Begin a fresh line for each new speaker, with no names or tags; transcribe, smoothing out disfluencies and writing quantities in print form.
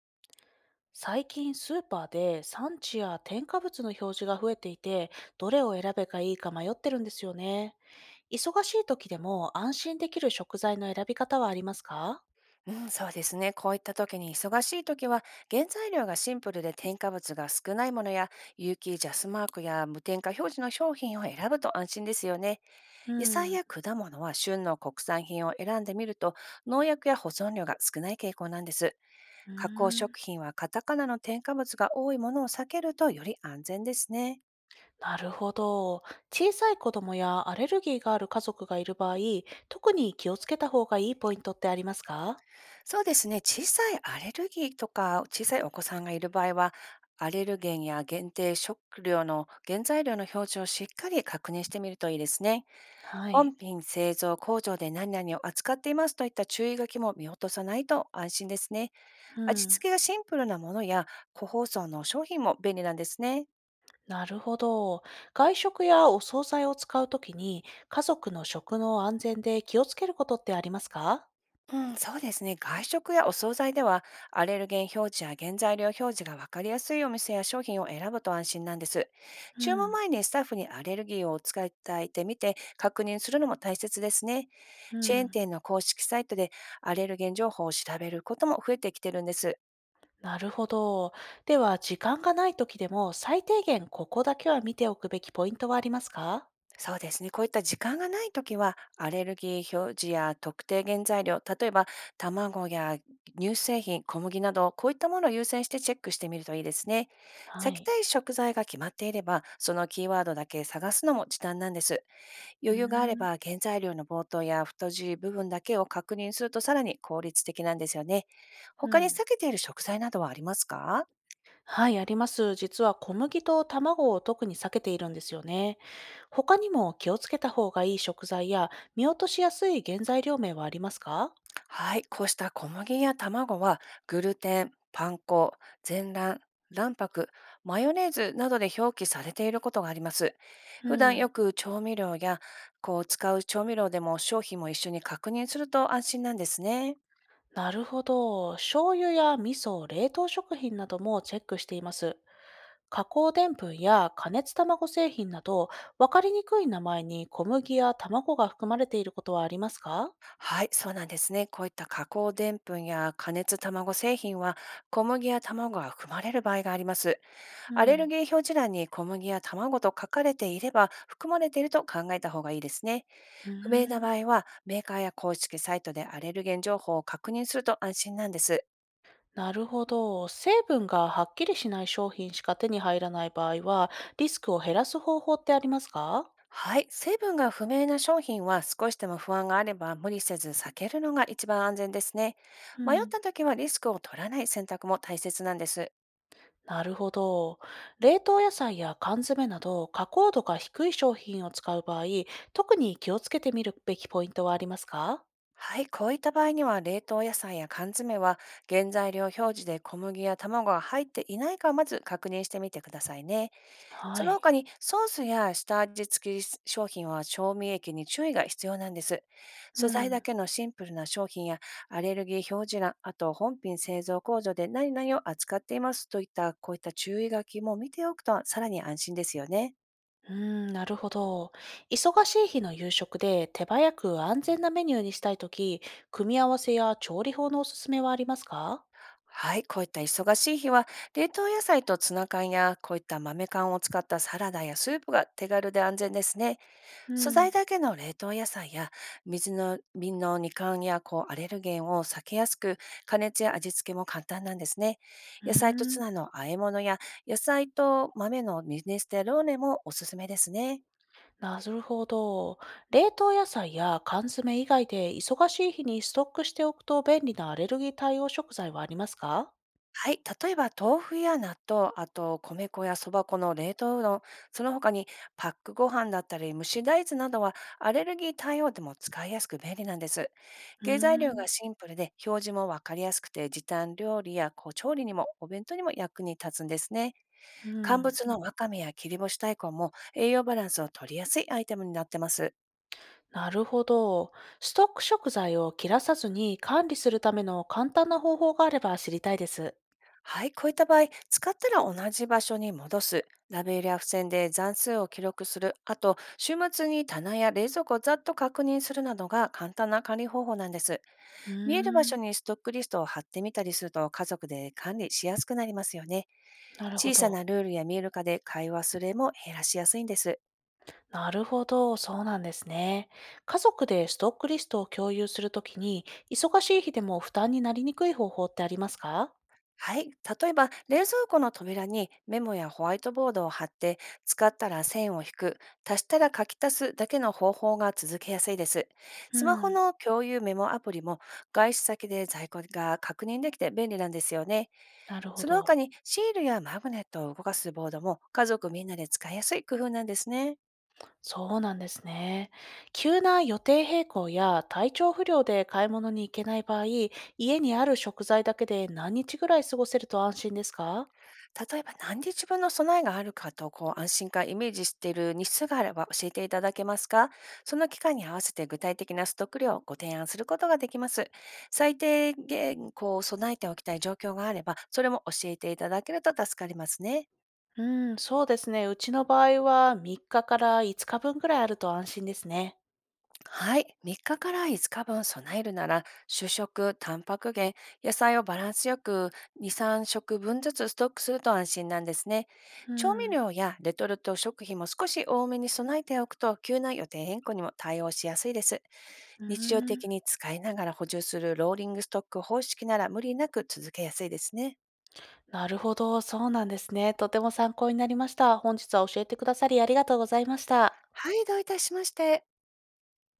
最近スーパーで産地や添加物の表示が増えていて、どれを選べばいいか迷ってるんですよね。忙しい時でも安心できる食材の選び方はありますか？
うん、そうですね。こういった時に忙しい時は、原材料がシンプルで添加物が少ないものや、有機ジャスマークや無添加表示の商品を選ぶと安心ですよね。
う
野菜
ん。
や果物は旬の国産品を選んでみると、農薬や保存量が少ない傾向なんです。
う
加工
ー
食
ん。
品はカタカナの添加物が多いものを避けるとより安全ですね。
なるほど。小さい子供やアレルギーがある家族がいる場合、特に気をつけた方がいいポイントってありますか？
そうですね。小さいアレルギーとか、小さいお子さんがいる場合は、アレルゲンや限定食料の原材料の表示をしっかり確認してみるといいですね。
は
本
い。
品製造工場で何々を扱っていますといった注意書きも見落とさないと安心ですね。
う
味
ん。
付けがシンプルなものや個包装の商品も便利なんですね。
なるほど。外食やお惣菜を使うときに、家族の食の安全で気をつけることってありますか？
うん、そうですね。外食やお惣菜では、アレルゲン表示や原材料表示が分かりやすいお店や商品を選ぶと安心なんです。
う
注文
ん、
前にスタッフにアレルギーをお使いいただいてみて、確認するのも大切ですね。
う
チェーン
ん。
店の公式サイトでアレルゲン情報を調べることも増えてきてるんです。
なるほど。では、時間がない時でも、最低限ここだけは見ておくべきポイントはありますか？
そうですね。こういった時間がないときは、アレルギー表示や特定原材料、例えば卵や乳製品、小麦など、こういったものを優先してチェックしてみるといいですね。
は
避け
い。
たい食材が決まっていれば、そのキーワードだけ探すのも時短なんです。
う
余裕があれ
ー
ば、
ん。
原材料の冒頭や太字部分だけを確認するとさらに効率的なんですよね。
う
他に
ん。
避けている食材などはありますか？
はい、あります。実は小麦と卵を特に避けているんですよね。他にも気をつけた方がいい食材や見落としやすい原材料名はありますか？
はい、こうした小麦や卵はグルテン、パン粉、全卵、卵白、マヨネーズなどで表記されていることがあります。
う
普段よ
ん。
く調味料や使う調味料でも商品も一緒に確認すると安心なんですね。
なるほど。醤油や味噌、冷凍食品などもチェックしています。加工でんぷんや加熱卵製品など、分かりにくい名前に小麦や卵が含まれていることはありますか？
はい、そうなんですね。こういった加工でんぷんや加熱卵製品は小麦や卵が含まれる場合があります。
う
アレル
ん。
ギー表示欄に小麦や卵と書かれていれば含まれていると考えた方がいいですね。
うー
不明な場
ん、
合は、メーカーや公式サイトでアレルゲン情報を確認すると安心なんです。
なるほど。成分がはっきりしない商品しか手に入らない場合は、リスクを減らす方法ってありますか？
はい。成分が不明な商品は少しでも不安があれば無理せず避けるのが一番安全ですね。
う
迷っ
ん。
た時はリスクを取らない選択も大切なんです。
なるほど。冷凍野菜や缶詰など加工度が低い商品を使う場合、特に気をつけてみるべきポイントはありますか？
はい。こういった場合には冷凍野菜や缶詰は原材料表示で小麦や卵が入っていないかまず確認してみてくださいね。そ
は
の他
い。
にソースや下味付き商品は調味液に注意が必要なんです。
う
素材だ
ん。
けのシンプルな商品やアレルギー表示欄、あと本品製造工場で何々を扱っていますといったこういった注意書きも見ておくとさらに安心ですよね。
うーん、なるほど。忙しい日の夕食で手早く安全なメニューにしたいとき、組み合わせや調理法のおすすめはありますか？
はい、こういった忙しい日は冷凍野菜とツナ缶やこういった豆缶を使ったサラダやスープが手軽で安全ですね。
う
素材
ん。
だけの冷凍野菜や水の瓶の二冠やアレルゲンを避けやすく加熱や味付けも簡単なんですね。
う
野菜と
ー
ツ
ん、
ナの和え物や野菜と豆のミネステローネもおすすめですね。
なるほど。冷凍野菜や缶詰以外で忙しい日にストックしておくと便利なアレルギー対応食材はありますか？
はい、例えば豆腐や納豆、あと米粉やそば粉の冷凍うどん、その他にパックご飯だったり蒸し大豆などはアレルギー対応でも使いやすく便利なんです。
うー
原材料
ん、
がシンプルで表示もわかりやすくて時短料理や調理にもお弁当にも役に立つんですね。
う
乾
ん、
物のわかめや切り干し大根も栄養バランスを取りやすいアイテムになってます。
なるほど。ストック食材を切らさずに管理するための簡単な方法があれば知りたいです。
はい、こういった場合、使ったら同じ場所に戻す、ラベルや付箋で残数を記録する、あと、週末に棚や冷蔵庫をざっと確認するなどが簡単な管理方法なんです。
う
見える場
ーん、
所にストックリストを貼ってみたりすると、家族で管理しやすくなりますよね。
なるほ
小さな
ど。
ルールや見える化で会話すれも減らしやすいんです。
なるほど、そうなんですね。家族でストックリストを共有するときに、忙しい日でも負担になりにくい方法ってありますか？
はい。例えば、冷蔵庫の扉にメモやホワイトボードを貼って、使ったら線を引く、足したら書き足すだけの方法が続けやすいです。
う
スマホ
ん、
の共有メモアプリも、外出先で在庫が確認できて便利なんですよね。
なるほ
その他
ど。
に、シールやマグネットを動かすボードも、家族みんなで使いやすい工夫なんですね。
そうなんですね。急な予定変更や体調不良で買い物に行けない場合、家にある食材だけで何日ぐらい過ごせると安心ですか？
例えば何日分の備えがあるかと、安心感イメージしている日数があれば教えていただけますか？その期間に合わせて具体的なストック量をご提案することができます。最低限、備えておきたい状況があれば、それも教えていただけると助かりますね。
うーん、そうですね。うちの場合は3日かから5日分ぐらいあると安心ですね。
はい。3日かから5日分備えるなら、主食、タンパク源、野菜をバランスよく2、3食分ずつストックすると安心なんですね。
う
調味
ん。
料やレトルト食品も少し多めに備えておくと、急な予定変更にも対応しやすいです。
うー
日常的
ん。
に使いながら補充するローリングストック方式なら無理なく続けやすいですね。
なるほど、そうなんですね。とても参考になりました。本日は教えてくださりありがとうございました。
はい、どういたしまして。